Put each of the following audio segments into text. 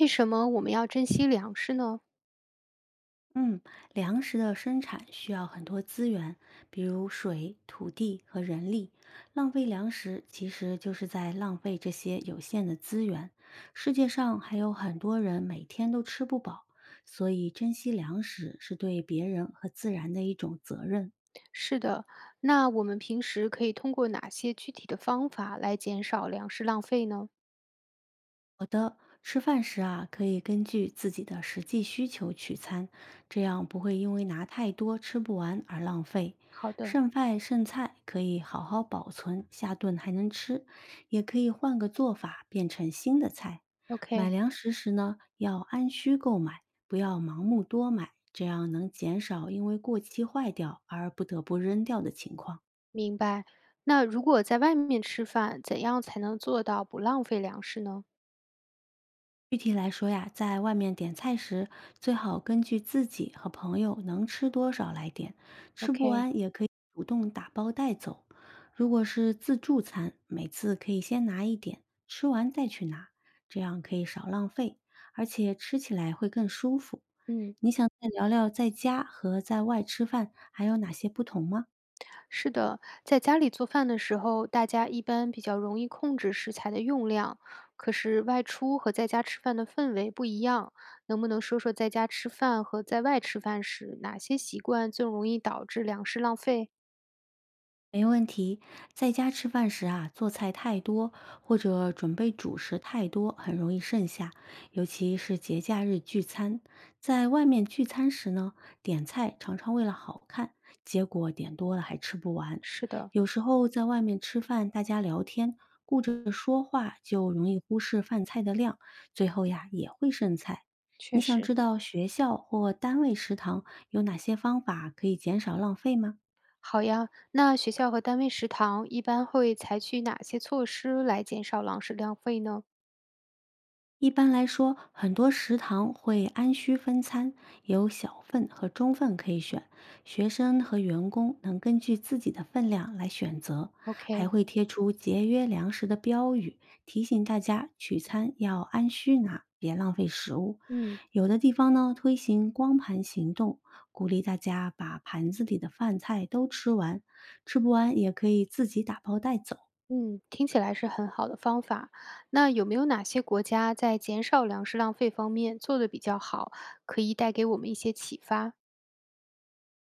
为什么我们要珍惜粮食呢？嗯，粮食的生产需要很多资源，比如水、土地和人力。浪费粮食其实就是在浪费这些有限的资源。世界上还有很多人每天都吃不饱，所以珍惜粮食是对别人和自然的一种责任。是的，那我们平时可以通过哪些具体的方法来减少粮食浪费呢？好的，吃饭时啊，可以根据自己的实际需求取餐，这样不会因为拿太多吃不完而浪费。好的剩饭剩菜可以好好保存，下顿还能吃；也可以换个做法，变成新的菜。买，OK，粮食时呢，要按需购买，不要盲目多买，这样能减少因为过期坏掉而不得不扔掉的情况。明白。那如果在外面吃饭，怎样才能做到不浪费粮食呢具体来说呀，在外面点菜时，最好根据自己和朋友能吃多少来点，吃不？OK，完也可以主动打包带走。如果是自助餐，每次可以先拿一点，吃完再去拿，这样可以少浪费，而且吃起来会更舒服。嗯。你想再聊聊在家和在外吃饭还有哪些不同吗？是的，在家里做饭的时候，大家一般比较容易控制食材的用量。可是外出和在家吃饭的氛围不一样，能不能说说在家吃饭和在外吃饭时哪些习惯最容易导致粮食浪费？没问题，在家吃饭时啊，做菜太多或者准备主食太多，很容易剩下，尤其是节假日聚餐。在外面聚餐时呢，点菜常常为了好看，结果点多了还吃不完。是的，有时候在外面吃饭，大家聊天，顾着说话，就容易忽视饭菜的量，最后呀也会剩菜。你确想实。知道学校或单位食堂有哪些方法可以减少浪费吗？好呀，那学校和单位食堂一般会采取哪些措施来减少粮食浪费呢一般来说，很多食堂会按需分餐，有小份和中份可以选，学生和员工能根据自己的分量来选择，还？OK，会贴出节约粮食的标语，提醒大家取餐要按需拿，别浪费食物。嗯。有的地方呢推行光盘行动，鼓励大家把盘子里的饭菜都吃完，吃不完也可以自己打包带走。嗯，听起来是很好的方法。那有没有哪些国家在减少粮食浪费方面做得比较好，可以带给我们一些启发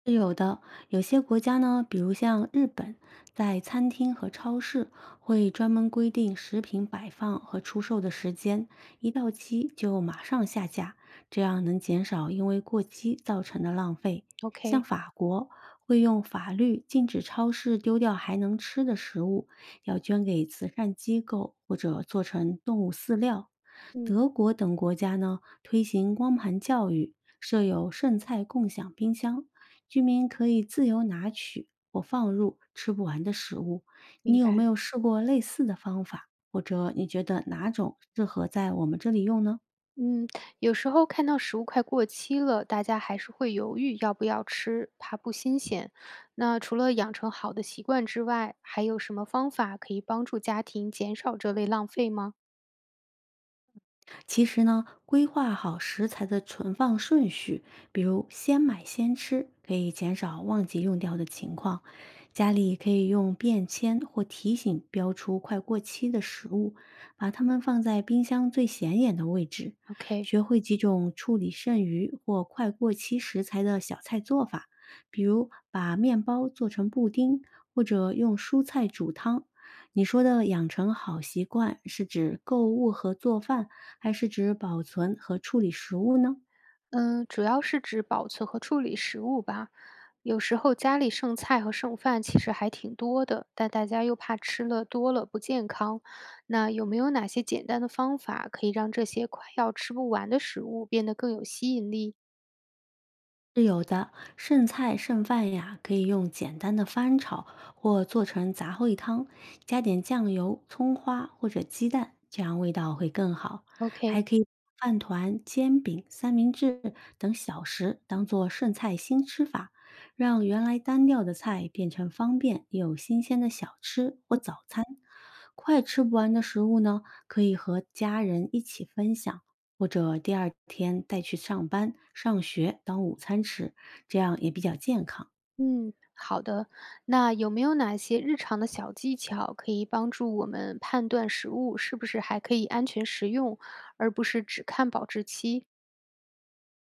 是有的，有些国家呢，比如像日本，在餐厅和超市会专门规定食品摆放和出售的时间，一到期就马上下架，这样能减少因为过期造成的浪费。像？OK，法国会用法律禁止超市丢掉还能吃的食物，要捐给慈善机构或者做成动物饲料。嗯，德国等国家呢，推行光盘教育，设有剩菜共享冰箱。居民可以自由拿取或放入吃不完的食物。你明有没白。有试过类似的方法？或者你觉得哪种适合在我们这里用呢？嗯，有时候看到食物快过期了，大家还是会犹豫要不要吃，怕不新鲜。那除了养成好的习惯之外，还有什么方法可以帮助家庭减少这类浪费吗其实呢，规划好食材的存放顺序，比如先买先吃，可以减少忘记用掉的情况。家里可以用便签或提醒标出快过期的食物，把它们放在冰箱最显眼的位置。？OK，学会几种处理剩余或快过期食材的小菜做法，比如把面包做成布丁，或者用蔬菜煮汤。你说的养成好习惯，是指购物和做饭还是指保存和处理食物呢？嗯，主要是指保存和处理食物吧。有时候家里剩菜和剩饭其实还挺多的，但大家又怕吃了多了不健康。那有没有哪些简单的方法可以让这些快要吃不完的食物变得更有吸引力是有的，剩菜剩饭呀，可以用简单的翻炒或做成杂烩汤，加点酱油、葱花或者鸡蛋，这样味道会更好。还？OK，可以把饭团、煎饼、三明治等小食当做剩菜新吃法，让原来单调的菜变成方便又有新鲜的小吃或早餐。快吃不完的食物呢，可以和家人一起分享。或者第二天带去上班、上学当午餐吃，这样也比较健康。嗯，好的。那有没有哪些日常的小技巧可以帮助我们判断食物是不是还可以安全食用，而不是只看保质期？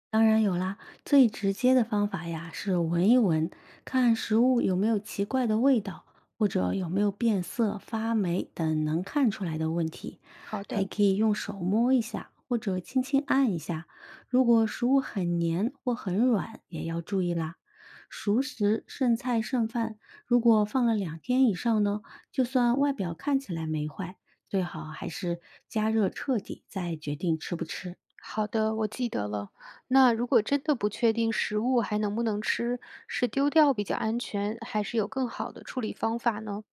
当然有啦，最直接的方法呀是闻一闻，看食物有没有奇怪的味道，或者有没有变色、发霉等能看出来的问题。好还的。可以用手摸一下，或者轻轻按一下。如果食物很黏或很软，也要注意啦。熟食、剩菜、剩饭，如果放了两天以上呢，就算外表看起来没坏，最好还是加热彻底再决定吃不吃。好的，我记得了。那如果真的不确定食物还能不能吃，是丢掉比较安全，还是有更好的处理方法呢？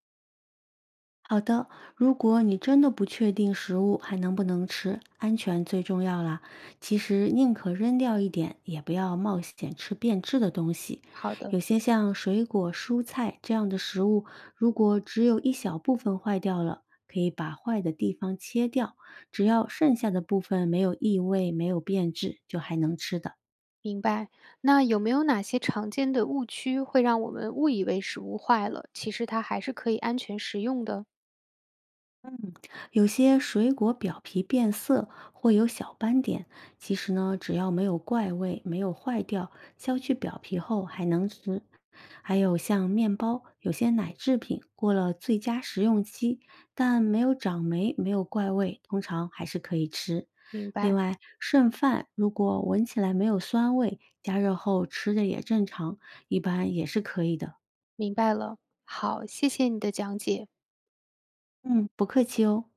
好的，如果你真的不确定食物还能不能吃，安全最重要啦。其实宁可扔掉一点，也不要冒险吃变质的东西。好的，有些像水果、蔬菜这样的食物，如果只有一小部分坏掉了，可以把坏的地方切掉，只要剩下的部分没有异味、没有变质，就还能吃的。明白。那有没有哪些常见的误区会让我们误以为食物坏了，其实它还是可以安全食用的？有些水果表皮变色或有小斑点，其实呢，只要没有怪味，没有坏掉，削去表皮后还能吃。还有像面包，有些奶制品过了最佳食用期，但没有长霉，没有怪味，通常还是可以吃。明另白，外，剩饭如果闻起来没有酸味，加热后吃着也正常，一般也是可以的。明白了。好，谢谢你的讲解。嗯，不客气哦。